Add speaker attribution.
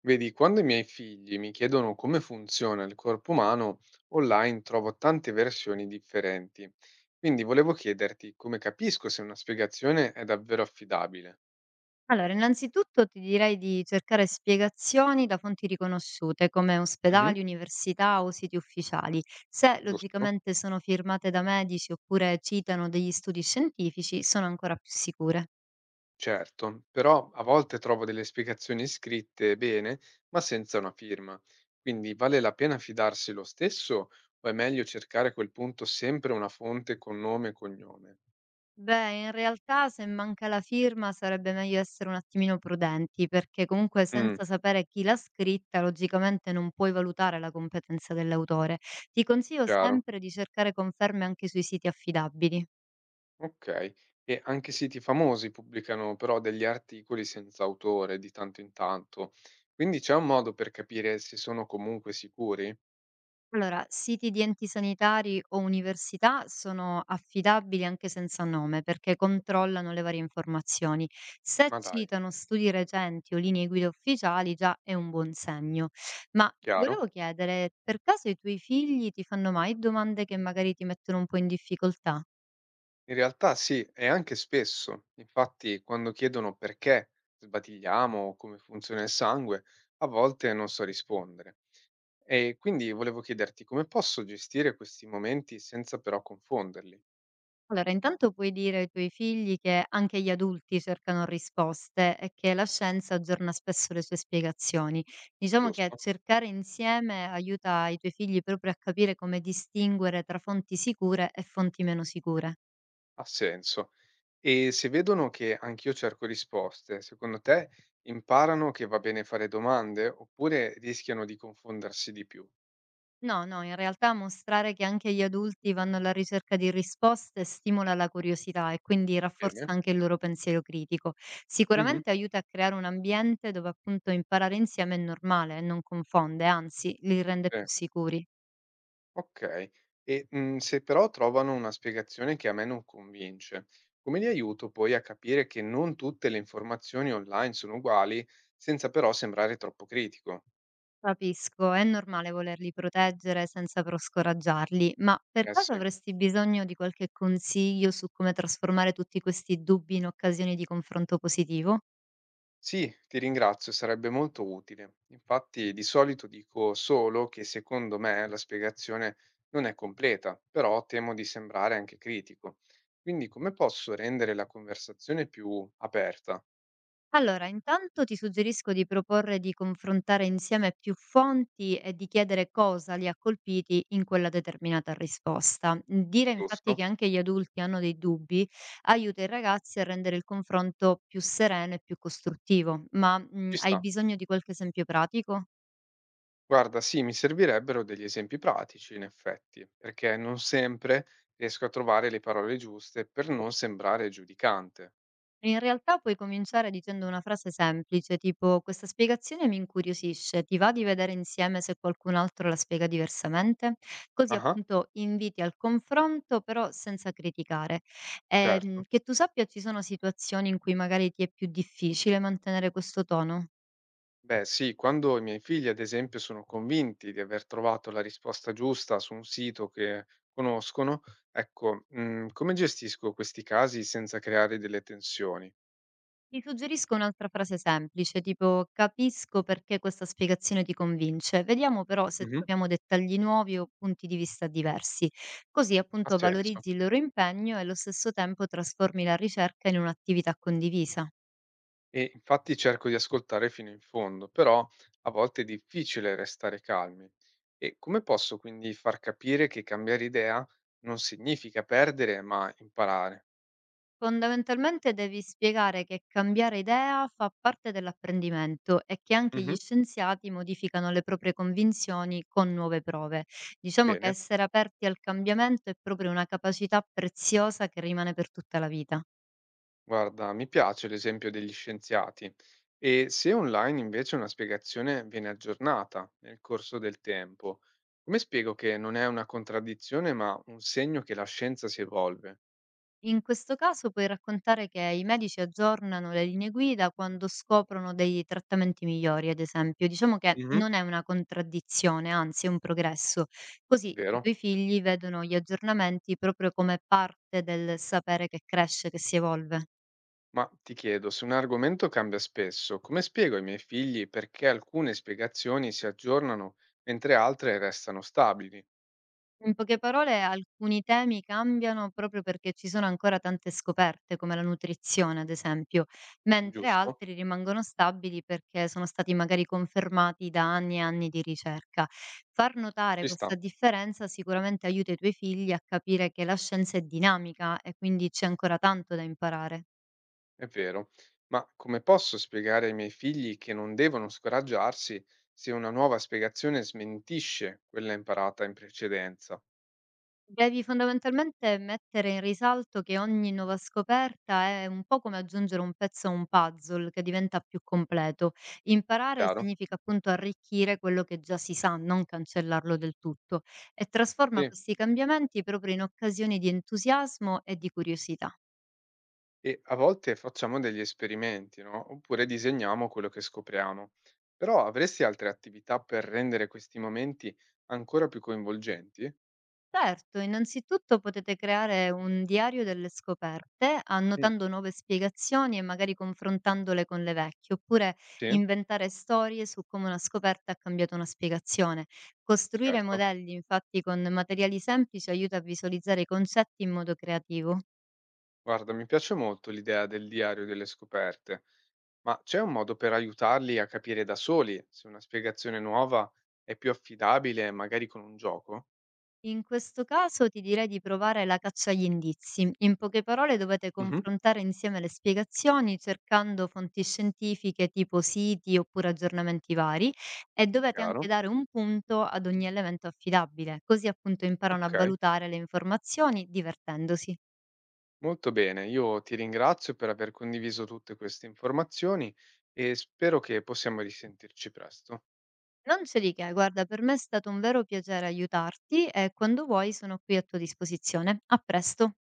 Speaker 1: Vedi, quando i miei figli mi chiedono come funziona il corpo umano, online trovo tante versioni differenti. Quindi volevo chiederti come capisco se una spiegazione è davvero affidabile.
Speaker 2: Allora, innanzitutto ti direi di cercare spiegazioni da fonti riconosciute come
Speaker 1: Mhm.
Speaker 2: ospedali, università o siti ufficiali. Se
Speaker 1: Giusto?
Speaker 2: logicamente sono firmate da medici oppure citano degli studi scientifici, sono ancora più sicure.
Speaker 1: Certo, però a volte trovo delle spiegazioni scritte bene, ma senza una firma. Quindi vale la pena fidarsi lo stesso o è meglio cercare a quel punto sempre una fonte con nome e cognome?
Speaker 2: Beh, in realtà se manca la firma sarebbe meglio essere un attimino prudenti, perché comunque
Speaker 1: Mm,
Speaker 2: senza sapere chi l'ha scritta, logicamente non puoi valutare la competenza dell'autore. Ti consiglio
Speaker 1: chiaro.
Speaker 2: sempre di cercare conferme anche sui siti affidabili.
Speaker 1: Okay. E anche siti famosi pubblicano però degli articoli senza autore di tanto in tanto, quindi c'è un modo per capire se sono comunque sicuri?
Speaker 2: Allora, siti di enti sanitari o università sono affidabili anche senza nome perché controllano le varie informazioni. Se
Speaker 1: Ma dai,
Speaker 2: citano studi recenti o linee guida ufficiali già è un buon segno. Ma ti
Speaker 1: chiaro?
Speaker 2: volevo chiedere, per caso i tuoi figli ti fanno mai domande che magari ti mettono un po' in difficoltà?
Speaker 1: In realtà sì, e anche spesso. Infatti, quando chiedono perché sbatigliamo o come funziona il sangue, a volte non so rispondere. E quindi volevo chiederti come posso gestire questi momenti senza però confonderli,
Speaker 2: Allora, intanto puoi dire ai tuoi figli che anche gli adulti cercano risposte e che la scienza aggiorna spesso le sue spiegazioni. Diciamo che
Speaker 1: giusto?
Speaker 2: cercare insieme aiuta i tuoi figli proprio a capire come distinguere tra fonti sicure e fonti meno sicure.
Speaker 1: Ha senso. E se vedono che anch'io cerco risposte, secondo te imparano che va bene fare domande oppure rischiano di confondersi di più?
Speaker 2: No, no, in realtà mostrare che anche gli adulti vanno alla ricerca di risposte stimola la curiosità e quindi rafforza
Speaker 1: Bene.
Speaker 2: anche il loro pensiero critico.
Speaker 1: Mh-mh.
Speaker 2: Sicuramente aiuta a creare un ambiente dove appunto imparare insieme è normale e non confonde, anzi li rende
Speaker 1: Sì.
Speaker 2: più sicuri.
Speaker 1: Okay. E se però trovano una spiegazione che a me non convince, come li aiuto poi a capire che non tutte le informazioni online sono uguali, senza però sembrare troppo critico?
Speaker 2: Capisco, è normale volerli proteggere senza però scoraggiarli, ma per
Speaker 1: Eh
Speaker 2: caso
Speaker 1: sì.
Speaker 2: avresti bisogno di qualche consiglio su come trasformare tutti questi dubbi in occasioni di confronto positivo?
Speaker 1: Sì, ti ringrazio, sarebbe molto utile. Infatti, di solito dico solo che secondo me la spiegazione non è completa, però temo di sembrare anche critico. Quindi, come posso rendere la conversazione più aperta?
Speaker 2: Allora, intanto ti suggerisco di proporre di confrontare insieme più fonti e di chiedere cosa li ha colpiti in quella determinata risposta. Dire infatti che
Speaker 1: Giusto?
Speaker 2: anche gli adulti hanno dei dubbi aiuta i ragazzi a rendere il confronto più sereno e più costruttivo. Ma
Speaker 1: Ci
Speaker 2: hai
Speaker 1: sta.
Speaker 2: bisogno di qualche esempio pratico?
Speaker 1: Guarda, sì, mi servirebbero degli esempi pratici, in effetti, perché non sempre riesco a trovare le parole giuste per non sembrare giudicante.
Speaker 2: In realtà puoi cominciare dicendo una frase semplice, tipo questa spiegazione mi incuriosisce, ti va di vedere insieme se qualcun altro la spiega diversamente? Così
Speaker 1: Ah,
Speaker 2: appunto inviti al confronto, però senza criticare.
Speaker 1: certo.
Speaker 2: Che tu sappia ci sono situazioni in cui magari ti è più difficile mantenere questo tono?
Speaker 1: Beh, sì, quando i miei figli, ad esempio, sono convinti di aver trovato la risposta giusta su un sito che conoscono, ecco, come gestisco questi casi senza creare delle tensioni?
Speaker 2: Ti suggerisco un'altra frase semplice, tipo capisco perché questa spiegazione ti convince, vediamo però se
Speaker 1: Mhm.
Speaker 2: troviamo dettagli nuovi o punti di vista diversi, così
Speaker 1: Ha
Speaker 2: appunto
Speaker 1: senso.
Speaker 2: valorizzi il loro impegno e allo stesso tempo trasformi la ricerca in un'attività condivisa.
Speaker 1: E infatti cerco di ascoltare fino in fondo, però a volte è difficile restare calmi. E come posso quindi far capire che cambiare idea non significa perdere, ma imparare?
Speaker 2: Fondamentalmente devi spiegare che cambiare idea fa parte dell'apprendimento e che anche gli
Speaker 1: Mhm.
Speaker 2: scienziati modificano le proprie convinzioni con nuove prove. Diciamo che
Speaker 1: Bene.
Speaker 2: essere aperti al cambiamento è proprio una capacità preziosa che rimane per tutta la vita.
Speaker 1: Guarda, mi piace l'esempio degli scienziati. E se online invece una spiegazione viene aggiornata nel corso del tempo, come spiego che non è una contraddizione, ma un segno che la scienza si evolve?
Speaker 2: In questo caso puoi raccontare che i medici aggiornano le linee guida quando scoprono dei trattamenti migliori, ad esempio. Diciamo che
Speaker 1: Mhm.
Speaker 2: non è una contraddizione, anzi è un progresso. Così i
Speaker 1: Vero?
Speaker 2: tuoi figli vedono gli aggiornamenti proprio come parte del sapere che cresce, che si evolve.
Speaker 1: Ma ti chiedo, se un argomento cambia spesso, come spiego ai miei figli perché alcune spiegazioni si aggiornano mentre altre restano stabili?
Speaker 2: In poche parole, alcuni temi cambiano proprio perché ci sono ancora tante scoperte, come la nutrizione, ad esempio, mentre
Speaker 1: Giusto?
Speaker 2: altri rimangono stabili perché sono stati magari confermati da anni e anni di ricerca. Far notare
Speaker 1: Ci sta?
Speaker 2: questa differenza sicuramente aiuta i tuoi figli a capire che la scienza è dinamica e quindi c'è ancora tanto da imparare.
Speaker 1: È vero, ma come posso spiegare ai miei figli che non devono scoraggiarsi se una nuova spiegazione smentisce quella imparata in precedenza?
Speaker 2: Devi fondamentalmente mettere in risalto che ogni nuova scoperta è un po' come aggiungere un pezzo a un puzzle che diventa più completo. Imparare
Speaker 1: Chiaro?
Speaker 2: significa appunto arricchire quello che già si sa, non cancellarlo del tutto, e trasforma
Speaker 1: Sì.
Speaker 2: questi cambiamenti proprio in occasioni di entusiasmo e di curiosità.
Speaker 1: E a volte facciamo degli esperimenti, no? Oppure disegniamo quello che scopriamo. Però avresti altre attività per rendere questi momenti ancora più coinvolgenti?
Speaker 2: Certo, innanzitutto potete creare un diario delle scoperte,
Speaker 1: Mm.
Speaker 2: annotando nuove spiegazioni e magari confrontandole con le vecchie, oppure
Speaker 1: Sì,
Speaker 2: inventare storie su come una scoperta ha cambiato una spiegazione. Costruire
Speaker 1: certo.
Speaker 2: modelli, infatti, con materiali semplici aiuta a visualizzare i concetti in modo creativo.
Speaker 1: Guarda, mi piace molto l'idea del diario delle scoperte, ma c'è un modo per aiutarli a capire da soli se una spiegazione nuova è più affidabile, magari con un gioco?
Speaker 2: In questo caso ti direi di provare la caccia agli indizi. In poche parole dovete
Speaker 1: Mhm.
Speaker 2: confrontare insieme le spiegazioni cercando fonti scientifiche tipo siti oppure aggiornamenti vari e dovete anche
Speaker 1: Chiaro?
Speaker 2: dare un punto ad ogni elemento affidabile, così appunto imparano a
Speaker 1: Ok,
Speaker 2: valutare le informazioni divertendosi.
Speaker 1: molto bene. Io ti ringrazio per aver condiviso tutte queste informazioni e spero che possiamo risentirci presto.
Speaker 2: Non c'è di che, guarda, per me è stato un vero piacere aiutarti e quando vuoi sono qui a tua disposizione. A presto.